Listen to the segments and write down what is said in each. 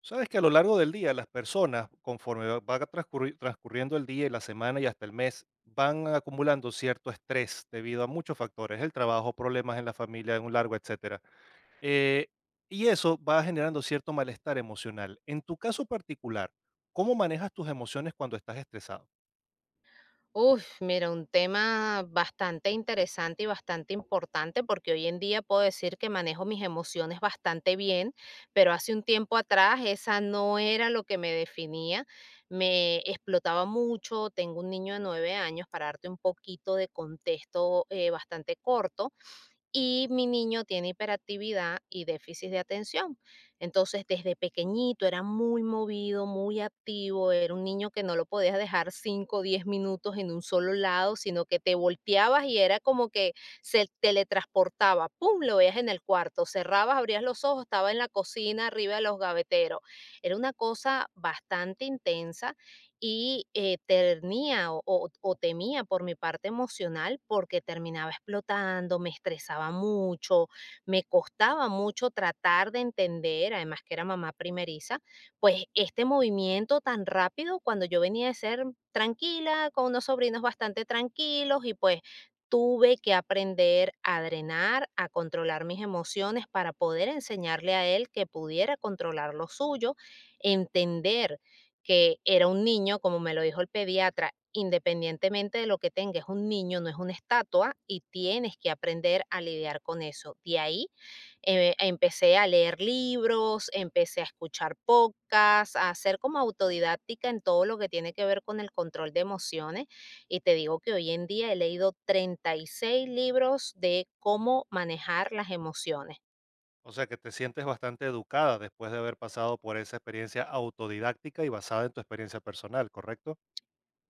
Sabes que a lo largo del día las personas, conforme va transcurriendo el día y la semana y hasta el mes, van acumulando cierto estrés debido a muchos factores, el trabajo, problemas en la familia, en un largo, etcétera. Eh, y eso va generando cierto malestar emocional. En tu caso particular, ¿cómo manejas tus emociones cuando estás estresado? Uf, mira, un tema bastante interesante y bastante importante porque hoy en día puedo decir que manejo mis emociones bastante bien, pero hace un tiempo atrás esa no era lo que me definía. Me explotaba mucho, tengo un niño de 9 años, para darte un poquito de contexto bastante corto y mi niño tiene hiperactividad y déficit de atención. Entonces, desde pequeñito era muy movido, muy activo, era un niño que no lo podías dejar 5, o 10 minutos en un solo lado, sino que te volteabas y era como que se teletransportaba, ¡pum!, lo veías en el cuarto, cerrabas, abrías los ojos, estaba en la cocina, arriba de los gaveteros. Era una cosa bastante intensa y tenía o temía por mi parte emocional porque terminaba explotando, me estresaba mucho, me costaba mucho tratar de entender, además que era mamá primeriza, pues este movimiento tan rápido cuando yo venía de ser tranquila, con unos sobrinos bastante tranquilos y pues tuve que aprender a drenar, a controlar mis emociones para poder enseñarle a él que pudiera controlar lo suyo, entender que era un niño, como me lo dijo el pediatra, independientemente de lo que tenga, es un niño, no es una estatua y tienes que aprender a lidiar con eso. De ahí empecé a leer libros, empecé a escuchar podcasts, a ser como autodidáctica en todo lo que tiene que ver con el control de emociones. Y te digo que hoy en día he leído 36 libros de cómo manejar las emociones. O sea, que te sientes bastante educada después de haber pasado por esa experiencia autodidáctica y basada en tu experiencia personal, ¿correcto?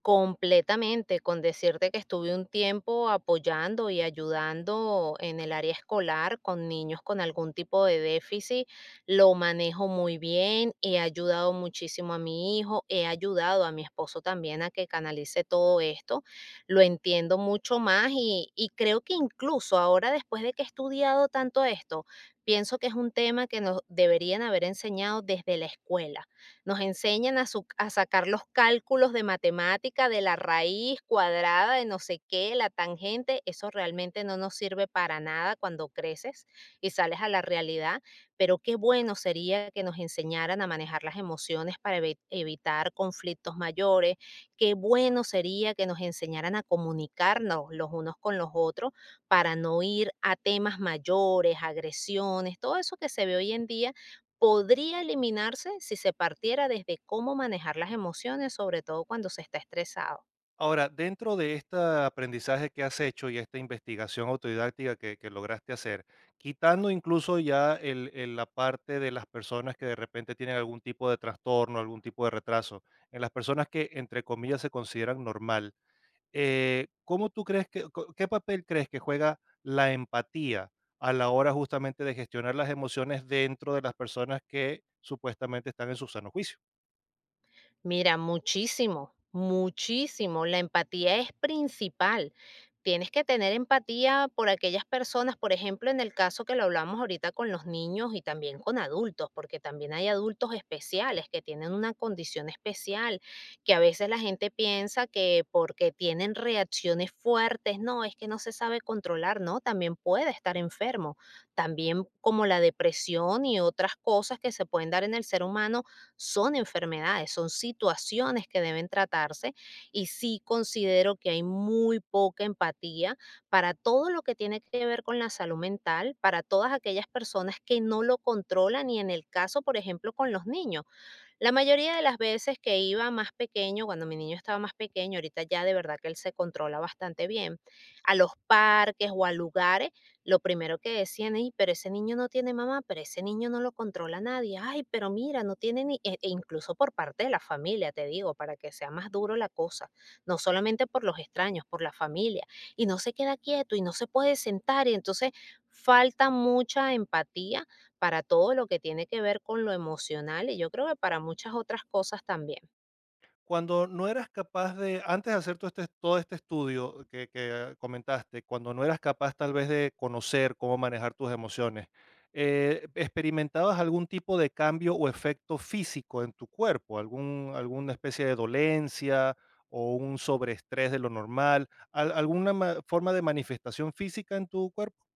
Completamente, con decirte que estuve un tiempo apoyando y ayudando en el área escolar con niños con algún tipo de déficit, lo manejo muy bien, he ayudado muchísimo a mi hijo, he ayudado a mi esposo también a que canalice todo esto, lo entiendo mucho más y creo que incluso ahora después de que he estudiado tanto esto, pienso que es un tema que nos deberían haber enseñado desde la escuela. Nos enseñan a sacar los cálculos de matemática de la raíz cuadrada de no sé qué, la tangente. Eso realmente no nos sirve para nada cuando creces y sales a la realidad. Pero qué bueno sería que nos enseñaran a manejar las emociones para evitar conflictos mayores. Qué bueno sería que nos enseñaran a comunicarnos los unos con los otros para no ir a temas mayores, agresiones, todo eso que se ve hoy en día podría eliminarse si se partiera desde cómo manejar las emociones, sobre todo cuando se está estresado. Ahora, dentro de este aprendizaje que has hecho y esta investigación autodidáctica que lograste hacer, quitando incluso ya la parte de las personas que de repente tienen algún tipo de trastorno, algún tipo de retraso, en las personas que, entre comillas, se consideran normal, ¿cómo tú crees que, qué papel crees que juega la empatía a la hora justamente de gestionar las emociones dentro de las personas que supuestamente están en su sano juicio? Mira, muchísimo, muchísimo. La empatía es principal. Tienes que tener empatía por aquellas personas, por ejemplo, en el caso que lo hablamos ahorita con los niños y también con adultos, porque también hay adultos especiales que tienen una condición especial, que a veces la gente piensa que porque tienen reacciones fuertes, no, es que no se sabe controlar, no, también puede estar enfermo. También como la depresión y otras cosas que se pueden dar en el ser humano son enfermedades, son situaciones que deben tratarse y sí considero que hay muy poca empatía para todo lo que tiene que ver con la salud mental, para todas aquellas personas que no lo controlan y en el caso, por ejemplo, con los niños la mayoría de las veces que iba más pequeño, cuando mi niño estaba más pequeño, ahorita ya de verdad que él se controla bastante bien, a los parques o a lugares, lo primero que decían, "Ey, pero ese niño no tiene mamá, pero ese niño no lo controla nadie, ay, pero mira, no tiene ni", incluso por parte de la familia, te digo, para que sea más duro la cosa, no solamente por los extraños, por la familia, y no se queda quieto y no se puede sentar, y entonces falta mucha empatía para todo lo que tiene que ver con lo emocional y yo creo que para muchas otras cosas también. Cuando no eras capaz de, antes de hacer todo este estudio que comentaste, cuando no eras capaz tal vez de conocer cómo manejar tus emociones, ¿experimentabas algún tipo de cambio o efecto físico en tu cuerpo? ¿Alguna especie de dolencia o un sobreestrés de lo normal? ¿Alguna forma de manifestación física en tu cuerpo?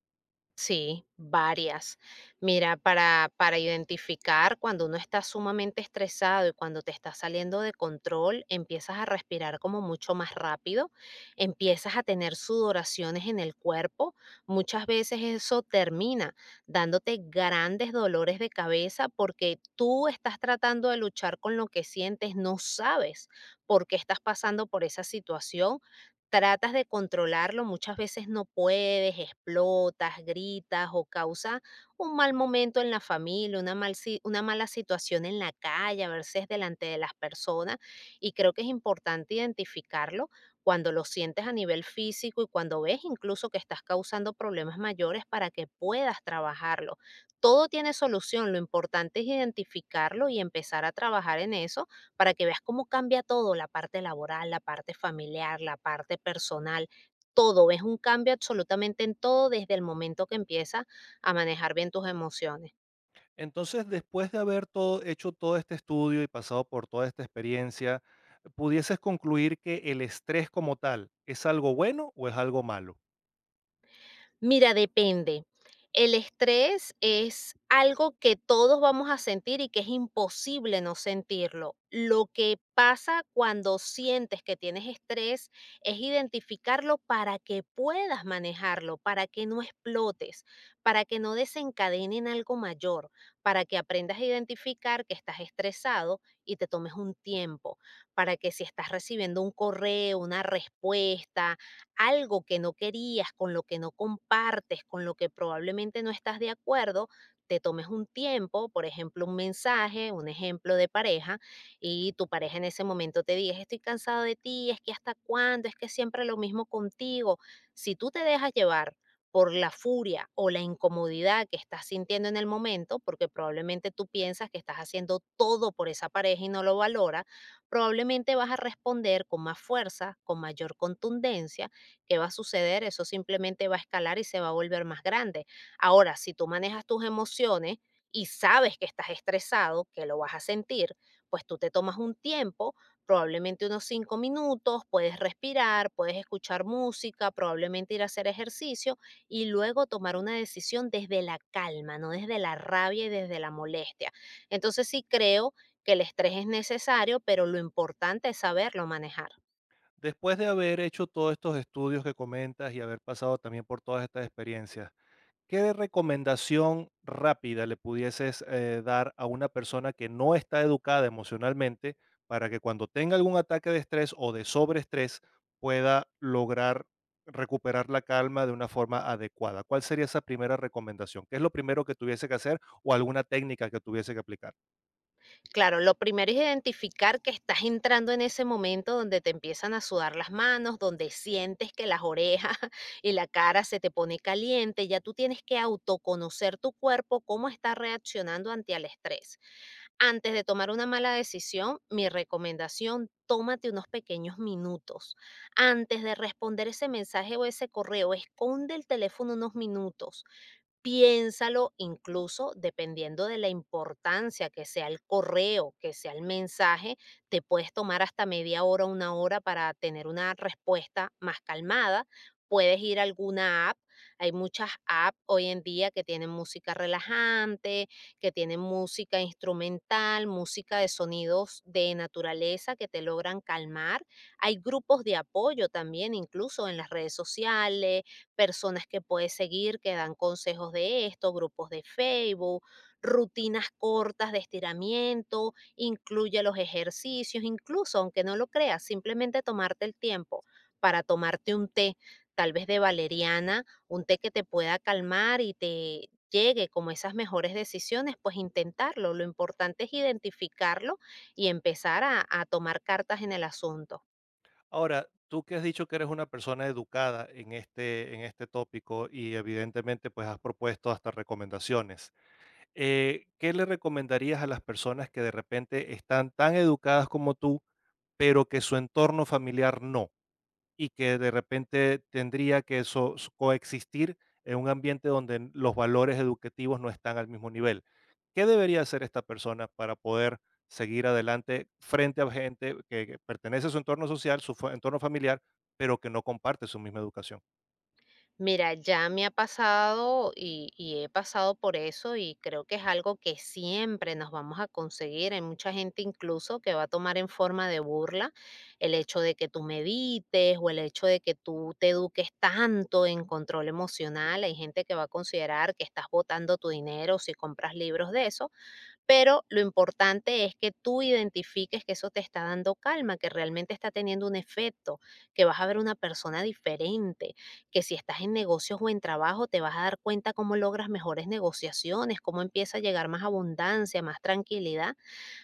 Sí, varias. Mira, para identificar cuando uno está sumamente estresado y cuando te está saliendo de control, empiezas a respirar como mucho más rápido, empiezas a tener sudoraciones en el cuerpo. Muchas veces eso termina dándote grandes dolores de cabeza porque tú estás tratando de luchar con lo que sientes, no sabes por qué estás pasando por esa situación, tratas de controlarlo, muchas veces no puedes, explotas, gritas o causa un mal momento en la familia, una, mal si- una mala situación en la calle, a veces delante de las personas. Y creo que es importante identificarlo cuando lo sientes a nivel físico y cuando ves incluso que estás causando problemas mayores para que puedas trabajarlo. Todo tiene solución, lo importante es identificarlo y empezar a trabajar en eso para que veas cómo cambia todo, la parte laboral, la parte familiar, la parte personal, todo. Es un cambio absolutamente en todo desde el momento que empiezas a manejar bien tus emociones. Entonces, después de hecho todo este estudio y pasado por toda esta experiencia, ¿pudieses concluir que el estrés como tal es algo bueno o es algo malo? Mira, depende. El estrés es algo que todos vamos a sentir y que es imposible no sentirlo. Lo que pasa cuando sientes que tienes estrés es identificarlo para que puedas manejarlo, para que no explotes, para que no desencadene en algo mayor, para que aprendas a identificar que estás estresado y te tomes un tiempo, para que si estás recibiendo un correo, una respuesta, algo que no querías, con lo que no compartes, con lo que probablemente no estás de acuerdo, te tomes un tiempo, por ejemplo, un mensaje, un ejemplo de pareja, y tu pareja en ese momento te dice, estoy cansado de ti, es que hasta cuándo, es que siempre lo mismo contigo. Si tú te dejas llevar por la furia o la incomodidad que estás sintiendo en el momento, porque probablemente tú piensas que estás haciendo todo por esa pareja y no lo valora, probablemente vas a responder con más fuerza, con mayor contundencia. ¿Qué va a suceder? Eso simplemente va a escalar y se va a volver más grande. Ahora, si tú manejas tus emociones y sabes que estás estresado, que lo vas a sentir, pues tú te tomas un tiempo, probablemente unos 5 minutos, puedes respirar, puedes escuchar música, probablemente ir a hacer ejercicio y luego tomar una decisión desde la calma, no desde la rabia y desde la molestia. Entonces sí creo que el estrés es necesario, pero lo importante es saberlo manejar. Después de haber hecho todos estos estudios que comentas y haber pasado también por todas estas experiencias, ¿qué recomendación rápida le pudieses, dar a una persona que no está educada emocionalmente para que cuando tenga algún ataque de estrés o de sobreestrés pueda lograr recuperar la calma de una forma adecuada? ¿Cuál sería esa primera recomendación? ¿Qué es lo primero que tuviese que hacer o alguna técnica que tuviese que aplicar? Claro, lo primero es identificar que estás entrando en ese momento donde te empiezan a sudar las manos, donde sientes que las orejas y la cara se te pone caliente. Ya tú tienes que autoconocer tu cuerpo, cómo está reaccionando ante el estrés. Antes de tomar una mala decisión, mi recomendación, tómate unos pequeños minutos. Antes de responder ese mensaje o ese correo, esconde el teléfono unos minutos, piénsalo incluso dependiendo de la importancia que sea el correo, que sea el mensaje, te puedes tomar hasta media hora, una hora para tener una respuesta más calmada. Puedes ir a alguna app. Hay muchas apps hoy en día que tienen música relajante, que tienen música instrumental, música de sonidos de naturaleza que te logran calmar. Hay grupos de apoyo también, incluso en las redes sociales, personas que puedes seguir que dan consejos de esto, grupos de Facebook, rutinas cortas de estiramiento, incluye los ejercicios, incluso aunque no lo creas, simplemente tomarte el tiempo para tomarte un té, tal vez de valeriana, un té que te pueda calmar y te llegue como esas mejores decisiones, pues intentarlo. Lo importante es identificarlo y empezar a tomar cartas en el asunto. Ahora, tú que has dicho que eres una persona educada en este tópico y evidentemente pues has propuesto hasta recomendaciones. Eh, ¿qué le recomendarías a las personas que de repente están tan educadas como tú, pero que su entorno familiar no? Y que de repente tendría que eso coexistir en un ambiente donde los valores educativos no están al mismo nivel. ¿Qué debería hacer esta persona para poder seguir adelante frente a gente que pertenece a su entorno social, su entorno familiar, pero que no comparte su misma educación? Mira, ya me ha pasado y he pasado por eso y creo que es algo que siempre nos vamos a conseguir. Hay mucha gente incluso que va a tomar en forma de burla el hecho de que tú medites o el hecho de que tú te eduques tanto en control emocional. Hay gente que va a considerar que estás botando tu dinero si compras libros de eso, pero lo importante es que tú identifiques que eso te está dando calma, que realmente está teniendo un efecto, que vas a ver una persona diferente, que si estás en negocios o en trabajo te vas a dar cuenta cómo logras mejores negociaciones, cómo empieza a llegar más abundancia, más tranquilidad.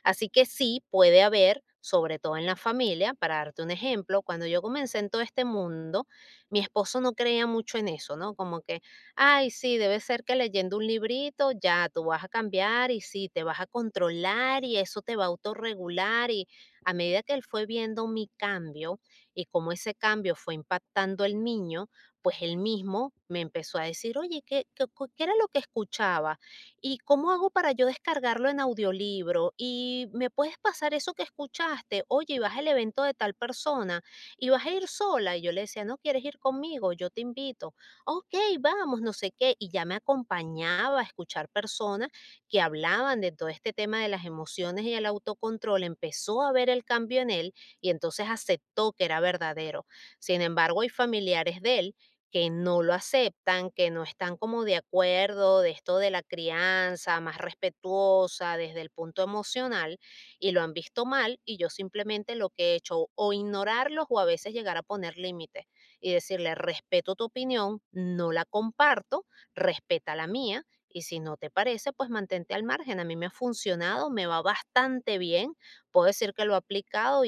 Así que sí puede haber, sobre todo en la familia, para darte un ejemplo, cuando yo comencé en todo este mundo, mi esposo no creía mucho en eso, ¿no? Como que, ay, sí, debe ser que leyendo un librito ya tú vas a cambiar y sí, te vas a controlar y eso te va a autorregular. Y a medida que él fue viendo mi cambio y cómo ese cambio fue impactando al niño, pues él mismo me empezó a decir, oye, ¿qué era lo que escuchaba? ¿Y cómo hago para yo descargarlo en audiolibro? ¿Y me puedes pasar eso que escuchaste? Oye, y vas al evento de tal persona y vas a ir sola. Y yo le decía, no quieres ir conmigo, yo te invito. Ok, vamos, no sé qué. Y ya me acompañaba a escuchar personas que hablaban de todo este tema de las emociones y el autocontrol. Empezó a ver el cambio en él y entonces aceptó que era verdadero. Sin embargo, hay familiares de él que no lo aceptan, que no están como de acuerdo de esto de la crianza más respetuosa desde el punto emocional y lo han visto mal y yo simplemente lo que he hecho o ignorarlos o a veces llegar a poner límites y decirle respeto tu opinión, no la comparto, respeta la mía y si no te parece, pues mantente al margen. A mí me ha funcionado, me va bastante bien, puedo decir que lo he aplicado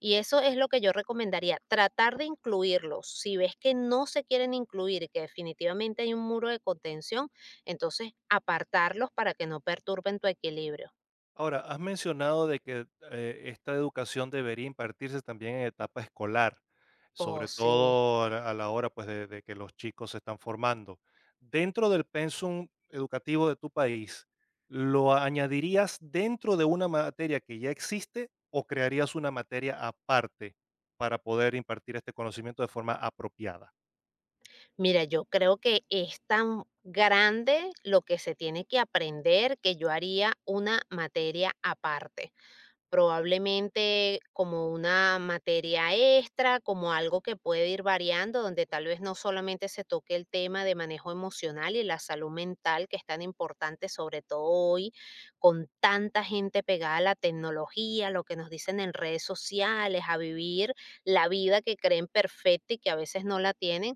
y eso es lo que yo recomendaría, tratar de incluirlos. Si ves que no se quieren incluir y que definitivamente hay un muro de contención, entonces apartarlos para que no perturben tu equilibrio. Ahora, has mencionado de que esta educación debería impartirse también en etapa escolar, Oh, sobre sí. todo a la hora pues, de que los chicos se están formando. Dentro del pensum educativo de tu país, ¿lo añadirías dentro de una materia que ya existe o crearías una materia aparte para poder impartir este conocimiento de forma apropiada? Mira, yo creo que es tan grande lo que se tiene que aprender que yo haría una materia aparte. Probablemente como una materia extra, como algo que puede ir variando, donde tal vez no solamente se toque el tema de manejo emocional y la salud mental, que es tan importante, sobre todo hoy, con tanta gente pegada a la tecnología, lo que nos dicen en redes sociales, a vivir la vida que creen perfecta y que a veces no la tienen,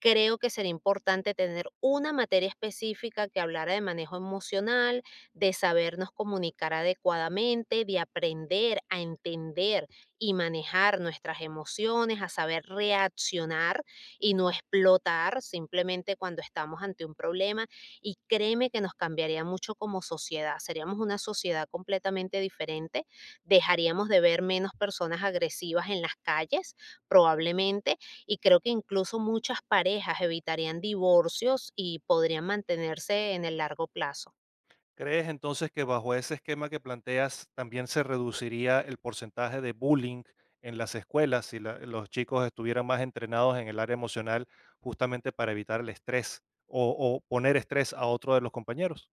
creo que sería importante tener una materia específica que hablara de manejo emocional, de sabernos comunicar adecuadamente, de aprender a entender y manejar nuestras emociones, a saber reaccionar y no explotar simplemente cuando estamos ante un problema. Y créeme que nos cambiaría mucho como sociedad. Seríamos una sociedad completamente diferente. Dejaríamos de ver menos personas agresivas en las calles, probablemente, y creo que incluso muchas parejas evitarían divorcios y podrían mantenerse en el largo plazo. ¿Crees entonces que bajo ese esquema que planteas también se reduciría el porcentaje de bullying en las escuelas si los chicos estuvieran más entrenados en el área emocional justamente para evitar el estrés o poner estrés a otro de los compañeros?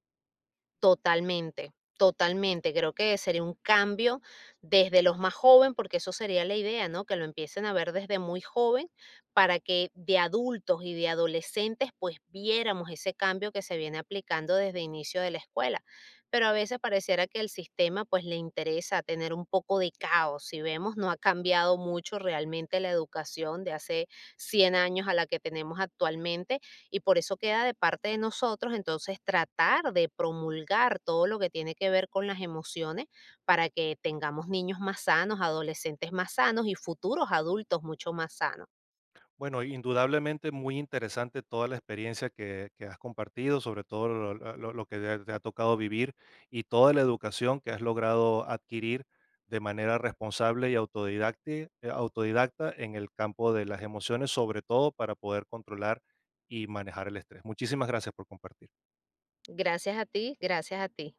Totalmente, totalmente. Creo que sería un cambio desde los más jóvenes, porque eso sería la idea, ¿no? Que lo empiecen a ver desde muy joven para que de adultos y de adolescentes pues viéramos ese cambio que se viene aplicando desde inicio de la escuela. Pero a veces pareciera que el sistema pues le interesa tener un poco de caos. Si vemos, no ha cambiado mucho realmente la educación de hace 100 años a la que tenemos actualmente y por eso queda de parte de nosotros entonces tratar de promulgar todo lo que tiene que ver con las emociones para que tengamos niños más sanos, adolescentes más sanos y futuros adultos mucho más sanos. Bueno, indudablemente muy interesante toda la experiencia que has compartido, sobre todo lo que te ha tocado vivir y toda la educación que has logrado adquirir de manera responsable y autodidacta en el campo de las emociones, sobre todo para poder controlar y manejar el estrés. Muchísimas gracias por compartir. Gracias a ti, gracias a ti.